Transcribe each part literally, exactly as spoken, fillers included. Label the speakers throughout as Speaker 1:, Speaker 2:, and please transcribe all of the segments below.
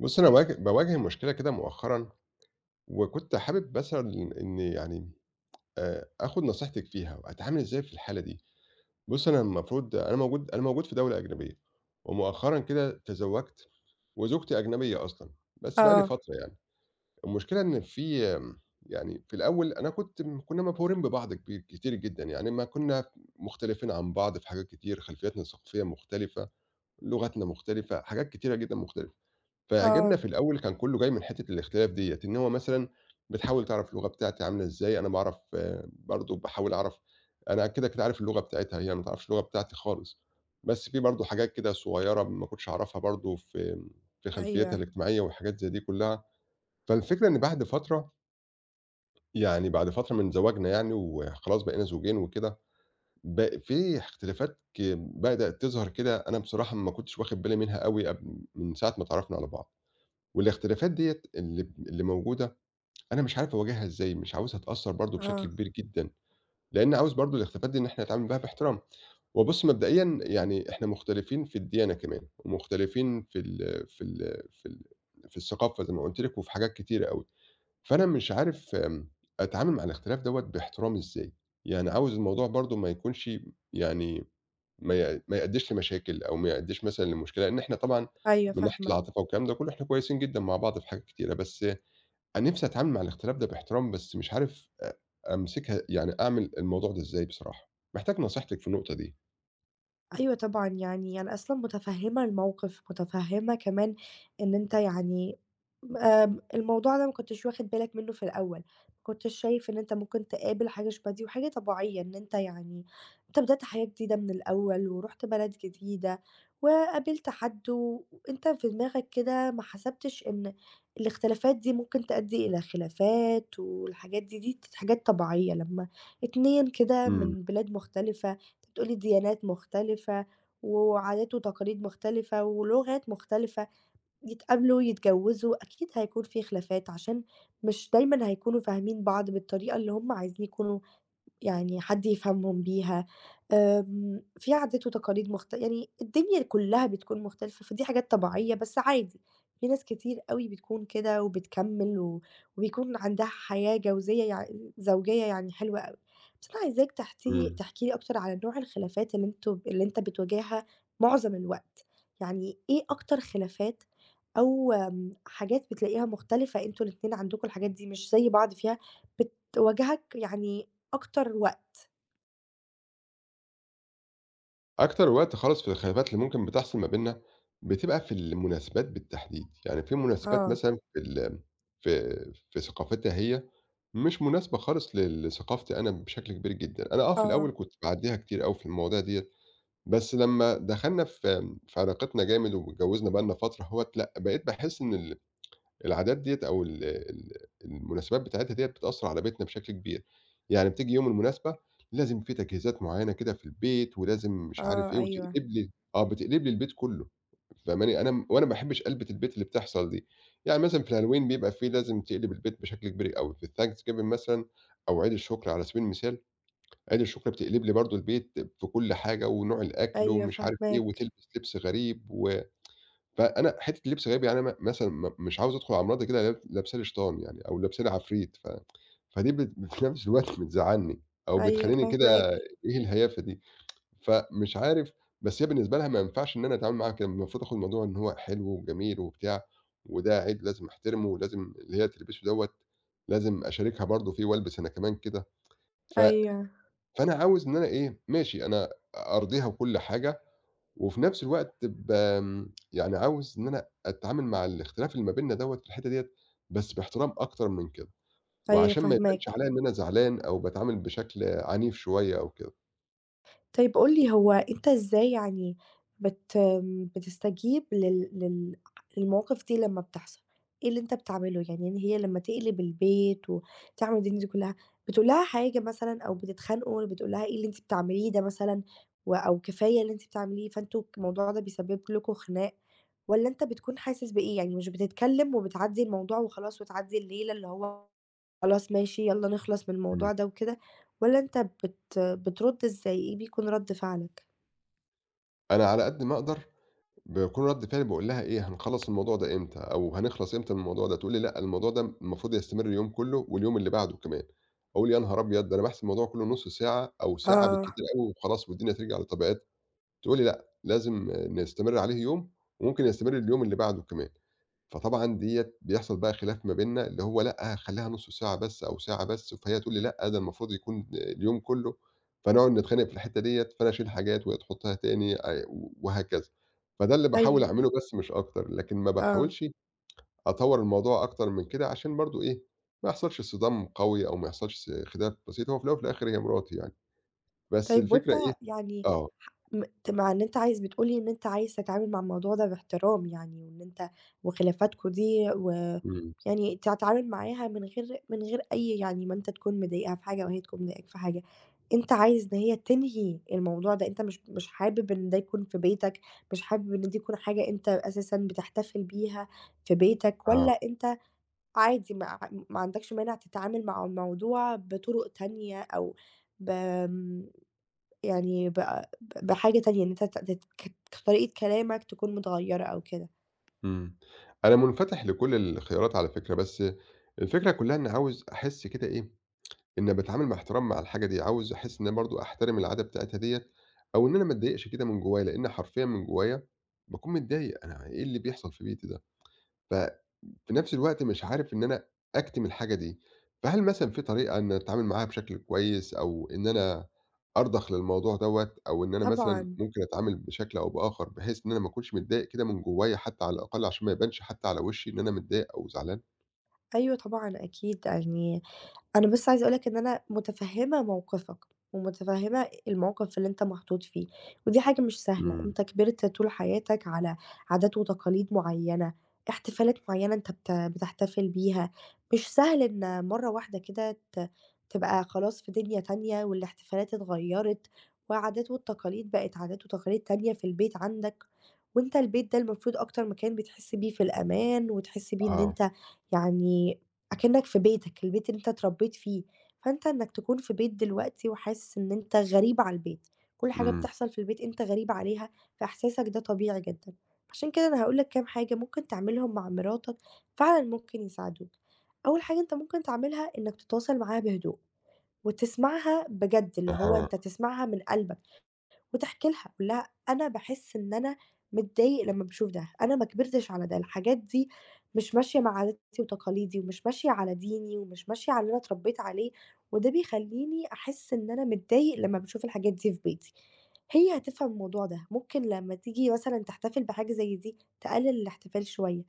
Speaker 1: بُصّي، أنا باواج باواجه مشكلة كده مؤخرًا، وكنت حابب مثلًا إن يعني آآ، آخُد نصيحتِك فيها، أتعامل إزاي في الحالة دي؟ بُصّي، أنا المفروض أنا موجود أنا موجود في دولة أجنبية، ومؤخرًا كده تزوّجت، وزوجتي أجنبية أصلًا، بس بقى لي
Speaker 2: آه،
Speaker 1: فترة يعني. المشكلة إن في آمم، يعني في الأول أنا كنت م كُنّا مبهورين ببعض كبي كتير جدًا، يعني ما كُنّا مختلفين عن بعض في حاجات كتير، خلفياتنا الثقافية مختلفة، لغتنا مختلفة، حاجات كتيرة جدًا مختلفة. فإعجابنا
Speaker 2: آه،
Speaker 1: في الأول كان كلّه جاي من حتّة الاختلاف ديّة، إن هو مثلًا بتحاول تعرف اللغة بتاعتي عاملة إزاي، أنا باعرف برضه باحاول أعرف أنا كده، كده عارف اللغة بتاعتها، هي ما تعرفش اللغة بتاعتي خالص، بس في برضه حاجات كده صغيّرة ما كنتش أعرفها برضه في في خلفيّتها
Speaker 2: أيوه،
Speaker 1: الاجتماعية والحاجات زي دي كلّها. فالفكرة إن بعد فترة، يعني بعد فترة من زواجنا يعني وخلاص بقينا زوجين وكده، ب في اختلافات ك بدأت تظهر كده، أنا بصراحة ما كنتش واخد بالي منها أوي قبل من ساعة ما اتعرّفنا على بعض. والاختلافات ديّة اللي اللي موجودة، أنا مش عارف أواجهها إزاي، مش عاوزها تأثّر برضه بشكل
Speaker 2: آه،
Speaker 1: كبير جدًا، لإن عاوز برضه الاختلافات دي إن إحنا نتعامل معاها باحترام. وبُص مبدئيًا يعني إحنا مختلفين في الديانة كمان، ومختلفين في ال في ال في ال في الثقافة زي ما قُلت لِك، وفي حاجات كتيرة أوي. فأنا مش عارف آمم، أتعامل مع الاختلاف دوّة باحترام إزاي؟ يعني عاوز الموضوع برضه ما يكونش يعني ما ي ما يأدّيش لمشاكل أو ما يأدّيش مثلًا لمشكلة، لإن إحنا طبعًا
Speaker 2: أيوه
Speaker 1: من ناحية
Speaker 2: فاهمة.
Speaker 1: العاطفة والكلام ده كلّه إحنا كويسين جدًا مع بعض في حاجات كتيرة، بس أنا نِفْسي أتعامل مع الاختلاف ده باحترام، بس مش عارف أ أمسكها يعني أعمل الموضوع ده إزاي بصراحة، محتاج نصيحتِك في النقطة دي.
Speaker 2: أيوه طبعًا، يعني أنا أصلًا مُتفهِّمة الموقِف، مُتفهِّمة كمان إن أنت يعني آمم الموضوع ده ما كنتش واخِد بالك منّه في الأول، ما كنتش شايف إن أنت ممكن تقابل حاجة شبه دي وحاجة طبيعية إن أنت يعني أنت بدأت حياة جديدة من الأول ورُحت بلد جديدة وقابلت حد و وأنت في دماغك كده ما حسبتش إن الاختلافات دي ممكن تؤدّي إلى خلافات والحاجات دي، دي ت حاجات طبيعية لمّا اتنين كده
Speaker 1: إمم،
Speaker 2: من بلاد مختلفة بتقولي ديانات مختلفة، وعادات وتقاليد مختلفة، ولغات مختلفة، يتقابلوا، يتجوّزوا، أكيد هيكون في خلافات عشان مش دايمًا هيكونوا فاهمين بعض بالطريقة اللي هم عايزين يكونوا يعني حد يفهمهم بيها، آمم، في عادات وتقاليد مخت يعني الدنيا كلّها بتكون مختلفة، فدي حاجات طبيعية بس عادي، في ناس كتير أوي بتكون كده وبتكمّل و وبيكون عندها حياة جوزية يع زوجية يعني حلوة أوي. بس أنا عايزاك تحتي
Speaker 1: إمم.
Speaker 2: تحكي لي أكتر على نوع الخلافات اللي أنتم اللي أنت بتواجهها معظم الوقت، يعني إيه أكتر خلافات أو آمم، حاجات بتلاقيها مختلفة أنتم الاتنين عندكم الحاجات دي مش زي بعض فيها، بتواجهك يعني أكتر وقت.
Speaker 1: أكتر وقت خالص في الخلافات اللي ممكن بتحصل ما بيننا، بتبقى في المناسبات بالتحديد، يعني في مناسبات
Speaker 2: آه،
Speaker 1: مثلًا في ال في في ثقافتها هي، مش مناسبة خالص ل لثقافتي أنا بشكل كبير جدًا. أنا آه، في الأول
Speaker 2: آه،
Speaker 1: كنت باعدّيها كتير أوي في المواضيع ديّة، بس لمّا دخلنا في في علاقتنا جامد واتجوّزنا بقى لنا فترة أهوّة، لأ بقيت باحس إن ال العادات ديّة أو ال ال المناسبات بتاعتها ديّة بتأثّر على بيتنا بشكل كبير، يعني بتيجي يوم المناسبة لازم في تجهيزات معيّنة كده في البيت، ولازم مش عارف
Speaker 2: آه،
Speaker 1: إيه،
Speaker 2: أيوه،
Speaker 1: وتقلب لي آه، بتقلب لي البيت كلّه، فاهماني؟ أنا م وأنا ما باحبش قلبِة البيت اللي بتحصل دي، يعني مثلًا في الهالوين بيبقى في لازم تقلب البيت بشكل كبير أوي، في الThanksgiving مثلًا أو عيد الشُكر على سبيل المثال، عيد الشُكر بتقلب لي برضه البيت في كل حاجة ونوع الأكل
Speaker 2: أيوه
Speaker 1: ومش عارف إيه،
Speaker 2: فاهماك،
Speaker 1: وتلبس لبس غريب و فأنا حتّة اللبس غبي يعني أنا م مثلًا م مش عاوز أدخل على مراتي كده لاب لابساني شيطان يعني أو لابساني عفريت، ف فدي بت في نفس الوقت بتزعّلني أو
Speaker 2: أيوه
Speaker 1: بتخلّيني كده
Speaker 2: فاهماك،
Speaker 1: إيه الهيافة دي؟ فمش عارف بس هي بالنسبة لها ما ينفعش إن أنا أتعامل معاها كده، المفروض آخُد الموضوع إن هو حلو وجميل وبتاع وده عيد لازم أحترمه ولازم اللي هي تلبسه دوّة لازم أشاركها برضه فيه والبس أنا كمان كده، ف
Speaker 2: أيوه،
Speaker 1: فأنا عاوز إن أنا إيه، ماشي أنا أرضيها وكل حاجة وفي نفس الوقت بامم يعني عاوز إن أنا أتعامل مع الاختلاف اللي ما بيننا دوّة في الحتّة ديّة، بس باحترام أكتر من كده،
Speaker 2: أيوه
Speaker 1: وعشان ما يبانش
Speaker 2: فاهماك.
Speaker 1: عليَّ إن أنا زعلان أو باتعامل بشكل عنيف شوية أو كده.
Speaker 2: طيب قُل لي هو أنت إزاي يعني بت بتستجيب لل لل للمواقف دي لمّا بتحصل؟ إيه اللي أنت بتعمله؟ يعني إن هي لمّا تقلب البيت وتعمل الدنيا دي كلّها، بتقول لها حاجة مثلًا أو بتتخانقوا بتقول لها إيه اللي أنتِ بتعمليه ده مثلًا و أو كفاية اللي أنتِ بتعمليه، فأنتم الموضوع ده بيسبب لكم خناق والّا أنت بتكون حاسس بإيه؟ يعني مش بتتكلم وبتعدّي الموضوع وخلاص وتعدّي الليلة اللي هو خلاص ماشي يالّا نخلص من
Speaker 1: إمم.
Speaker 2: الموضوع ده وكده، والّا أنت بت بترُد إزاي، إيه بيكون رَد فعلك؟
Speaker 1: أنا على قد ما أقدر باكون رَد فعلي باقول لها إيه، هنخلّص الموضوع ده إمتى أو هنخلص إمتى من الموضوع ده؟ تقول لي: "لأ، الموضوع ده المفروض يستمر اليوم كلّه واليوم اللي بعده كمان." أقول: "يا نهار أبيض! ده أنا باحسب الموضوع كلّه نُص ساعة أو ساعة
Speaker 2: آه،
Speaker 1: بالكتير أوي وخلاص والدنيا ترجع لطبيعتها." تقول لي: "لأ، لازم نستمر عليه يوم وممكن يستمر اليوم اللي بعده كمان." فطبعًا ديّة بيحصل بقى خلاف ما بيننا اللي هو لأ، خلّيها نُص ساعة بس أو ساعة بس، فهي تقول لي: "لأ، ده المفروض يكون اليوم كُلّه." فنقعد نتخانق في الحتّة ديّة، فأنا أشيل حاجات وهي تحُطّها تاني آآ وهكذا. فده اللي باحاول
Speaker 2: أيوه،
Speaker 1: أعمله بس مش أكتر، لكن ما
Speaker 2: آه.
Speaker 1: باحاولش أطوّر الموضوع أكتر من كده عشان برضه إيه، ما يحصلش صِدام قوي أو ما يحصلش خلاف بسيط، هو في الأول وفي الآخر هي مراتي يعني. بس
Speaker 2: طيب وأنت
Speaker 1: الفكرة إيه
Speaker 2: يعني
Speaker 1: آه.
Speaker 2: ح م ت مع إن أنت عايز بتقول لي إن أنت عايز تتعامل مع الموضوع ده باحترام يعني، وإن أنت وخلافاتكم دي و
Speaker 1: إمم.
Speaker 2: يعني تتعامل معاها من غير من غير أي يعني ما أنت تكون مضايقها في حاجة وهي تكون مضايقاك في حاجة، أنت عايز إن هي تنهي الموضوع ده، أنت مش مش حابب إن ده يكون في بيتك، مش حابب إن دي تكون حاجة أنت أساسًا بتحتفل بيها في بيتك،
Speaker 1: آه.
Speaker 2: والّا أنت عادي ما ما عندكش مانع تتعامل مع الموضوع بطرق تانية أو ب يعني ب بحاجة تانية، إن أنت ت ت ك طريقة كلامك تكون متغيّرة أو كده.
Speaker 1: إمم. أنا منفتح لكل الخيارات على فكرة، بس الفكرة كلّها إني عاوز أحس كده إيه، إني باتعامل مع احترام مع الحاجة دي، عاوز أحس إن أنا برضه أحترم العادة بتاعتها ديّة أو إن أنا ما أتضايقش كده من جوّايا، لإن حرفيًا من جوّايا باكون متضايق، أنا إيه اللي بيحصل في بيتي ده؟! ففي نفس الوقت مش عارف إن أنا أكتم الحاجة دي، فهل مثلًا في طريقة إن أتعامل معاها بشكل كويس أو إن أنا أرضخ للموضوع دوّة أو إن أنا مثلًا
Speaker 2: طبعًا،
Speaker 1: ممكن أتعامل بشكل أو بآخر بحيث إن أنا ما أكونش متضايق كده من جوايا حتى على الأقل عشان ما يبانش حتى على وشي إن أنا متضايق أو زعلان؟
Speaker 2: أيوه طبعًا أكيد يعني أنا بس عايزة أقول لك إن أنا متفهّمة موقفك، ومتفهّمة الموقف اللي أنت محطوط فيه، ودي حاجة مش سهلة،
Speaker 1: إمم،
Speaker 2: أنت كبرت طول حياتك على عادات وتقاليد معيّنة، احتفالات معيّنة أنت بت بتحتفل بيها، مش سهل إن مرّة واحدة كده ت تبقى خلاص في دنيا تانية، والاحتفالات اتغيّرت، والعادات والتقاليد بقت عادات وتقاليد تانية في البيت عندك، وأنت البيت ده المفروض أكتر مكان بتحس بيه في الأمان، وتحس بيه إن
Speaker 1: آه،
Speaker 2: أنت يعني أكنّك في بيتك، البيت اللي أنت اتربّيت فيه، فأنت إنّك تكون في بيت دلوقتي وحاسس إن أنت غريب على البيت، كل حاجة
Speaker 1: إمم،
Speaker 2: بتحصل في البيت أنت غريب عليها، فإحساسك ده طبيعي جدًا. عشان كده أنا هاقول لك كام حاجة ممكن تعملهم مع مراتك فعلًا ممكن يساعدوك. أول حاجة أنت ممكن تعملها إنّك تتواصل معاها بهدوء وتسمعها بجد، اللي هو
Speaker 1: أها،
Speaker 2: أنت تسمعها من قلبك. وتحكي لها، قُل لها: "أنا باحس إن أنا متضايق لمّا باشوف ده، أنا ما كبرتش على ده، الحاجات دي مش ماشية مع عاداتي وتقاليدي ومش ماشية على ديني ومش ماشية على اللي أنا اتربيت عليه، وده بيخلّيني أحس إن أنا متضايق لمّا باشوف الحاجات دي في بيتي." هي هتفهم الموضوع ده، ممكن لمّا تيجي مثلًا تحتفل بحاجة زي دي، تقلل الاحتفال شوية.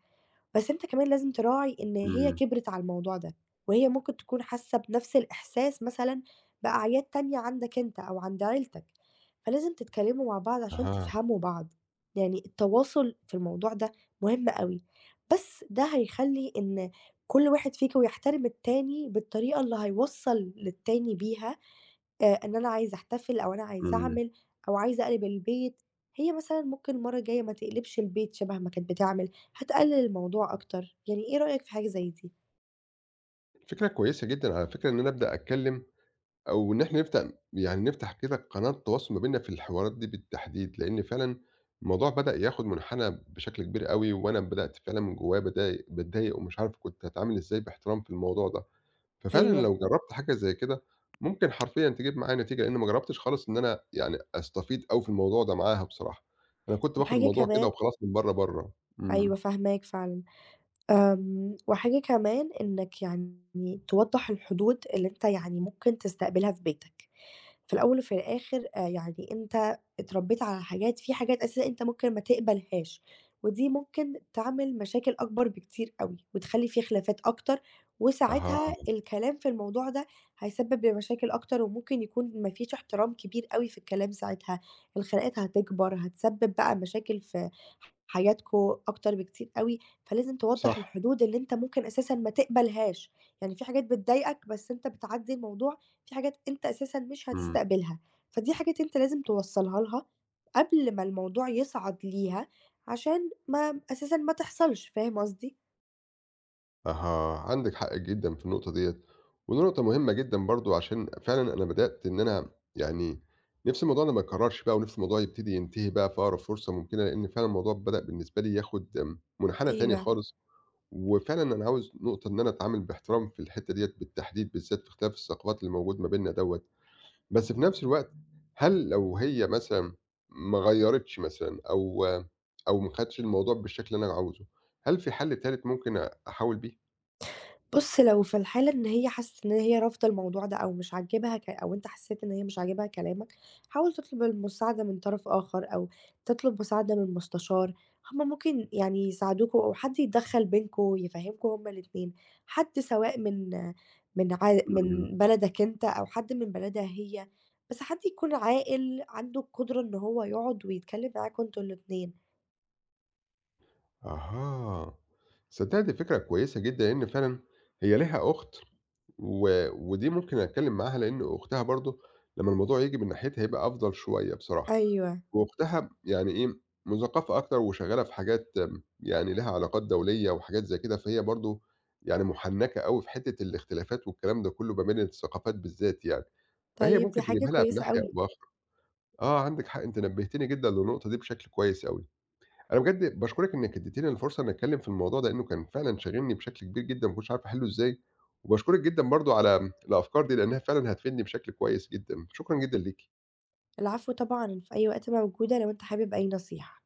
Speaker 2: بس أنت كمان لازم تراعي إن هي
Speaker 1: إمم،
Speaker 2: كبرِت على الموضوع ده، وهي ممكن تكون حاسة بنفس الإحساس مثلًا بأعياد تانية عندك أنت أو عند عيلتك، فلازم تتكلموا مع بعض عشان
Speaker 1: أها،
Speaker 2: تفهموا بعض، يعني التواصل في الموضوع ده مهم أوي، بس ده هيخلّي إن كل واحد فيكم يحترم التاني بالطريقة اللي هيوصّل للتاني بيها آآ إن أنا عايزة أحتفل أو أنا عايزة
Speaker 1: إمم.
Speaker 2: أعمل أو عايزة أقلب البيت، هي مثلًا ممكن المرّة الجاية ما تقلبش البيت شبه ما كانت بتعمل، هتقلل الموضوع أكتر، يعني إيه رأيك في حاجة زي دي؟
Speaker 1: فكرة كويسة جدًا على فكرة إن أنا أبدأ أتكلم أو إن إحنا نفتح يعني نفتح كده قناة تواصل ما بيننا في الحوارات دي بالتحديد، لإن فعلًا الموضوع بدأ ياخد منحنى بشكل كبير أوي، وأنا بدأت فعلًا من جوايا باتضايق باتضايق ومش عارف كنت هاتعامل إزاي باحترام في الموضوع ده، ففعلًا
Speaker 2: أيوه،
Speaker 1: لو جرّبت حاجة زي كده ممكن حرفيًا تجيب معايا نتيجة، لإن ما جرّبتش خالص إن أنا يعني أستفيض أوي في الموضوع ده معاها بصراحة، أنا كنت باخد
Speaker 2: وحاجة
Speaker 1: الموضوع كده
Speaker 2: كمان
Speaker 1: وخلاص من برّه برّه. إمم،
Speaker 2: أيوه فاهماك فعلًا، آمم، وحاجة كمان إنك يعني توضّح الحدود اللي أنت يعني ممكن تستقبلها في بيتك. في الأول وفي الآخر آآ يعني أنت اتربّيت على حاجات في حاجات أساسًا أنت ممكن ما تقبلهاش، ودي ممكن تعمل مشاكل أكبر بكتير أوي، وتخلّي في خلافات أكتر،
Speaker 1: أها،
Speaker 2: وساعتها الكلام في الموضوع ده هيسبب لمشاكل أكتر، وممكن يكون ما فيش احترام كبير أوي في الكلام ساعتها، الخناقات هتكبر، هتسبب بقى مشاكل في حياتكم أكتر بكتير أوي، فلازم
Speaker 1: صح،
Speaker 2: توضّح الحدود اللي أنت ممكن أساسًا ما تقبلهاش، يعني في حاجات بتضايقك بس أنت بتعدّي الموضوع في حاجات أنت أساسًا مش
Speaker 1: إمم.
Speaker 2: هتستقبلها، فدي حاجات أنت لازم توصّلها لها قبل ما الموضوع يصعد ليها، عشان ما أساسًا ما تحصلش، فاهم قصدي؟
Speaker 1: أها، عندِك حق جدًا في النقطة ديّة، ودي نقطة مهمة جدًا برضه عشان فعلًا أنا بدأت إن أنا يعني نِفْسي الموضوع ده ما يتكررش بقى، ونِفْسي الموضوع يبتدي ينتهي بقى في أقرب فرصة ممكنة، لإن فعلًا الموضوع بدأ بالنسبة لي ياخد آمم، منحنى تاني
Speaker 2: أيوه.
Speaker 1: خالص، وفعلًا أنا عاوز نقطة إن أنا أتعامل باحترام في الحتّة ديّة بالتحديد، بالذات في اختلاف الثقافات اللي موجود ما بيننا دوّة. بس في نَفْس الوقت هل لو هي مثلًا ما غيّرتش مثلًا أو أو ما خدتش الموضوع بالشكل اللي أنا عاوزه، هل في حل تالت ممكن أحاول بيه؟
Speaker 2: بُص، لو في الحالة إن هي حست إن هي رافضة الموضوع ده أو مش عاجبها ك أو أنت حسيت إن هي مش عاجبها كلامك، حاول تطلب المساعدة من طرف آخر أو تطلب مساعدة من مستشار، هُم ممكن يعني يساعدوكم أو حد يتدخّل بينكم يفهّمكم هُم الاتنين، حد سواء من من ع من بلدك أنت أو حد من بلدها هي، بس حد يكون عاقل عنده القدرة إن هو يقعد ويتكلّم معاكم أنتم الاتنين.
Speaker 1: أها، صدّقني دي فكرة كويسة جدًا، لإن فعلًا هي ليها أخت و ودي ممكن أتكلّم معاها، لإن أختها برضه لمّا الموضوع ييجي من ناحيتها هيبقى أفضل شوية بصراحة،
Speaker 2: أيوه،
Speaker 1: وأختها يعني إيه، مُثقّفة أكتر وشغّالة في حاجات آمم، يعني ليها علاقات دولية وحاجات زي كده، فهي برضه يعني مُحنّكة أوي في حتّة الاختلافات والكلام ده كلّه ما بين الثقافات بالذات يعني، فهي
Speaker 2: طيب دي
Speaker 1: ممكن
Speaker 2: حاجة
Speaker 1: تجيبها لها من
Speaker 2: كويسة
Speaker 1: ناحية أو
Speaker 2: أوي.
Speaker 1: بأخرى. آه، عندِك حق، أنتِ نبّهتيني جدًا للنقطة دي بشكل كويس أوي. أنا بجد باشكرِك إنِّك ادّيتِ لي الفرصة إنّي أتكلّم في الموضوع ده، لإنّه كان فعلًا شاغلني بشكل كبير جدًا، ما كنتش عارف أحلّه إزاي، وباشكرِك جدًا برضه على الأفكار دي، لإنّها فعلًا هتفيدني بشكل كويس جدًا، شكرًا جدًا ليكِ.
Speaker 2: العفو طبعًا، أنا في أي وقت موجودة لو أنت حابب أي نصيحة.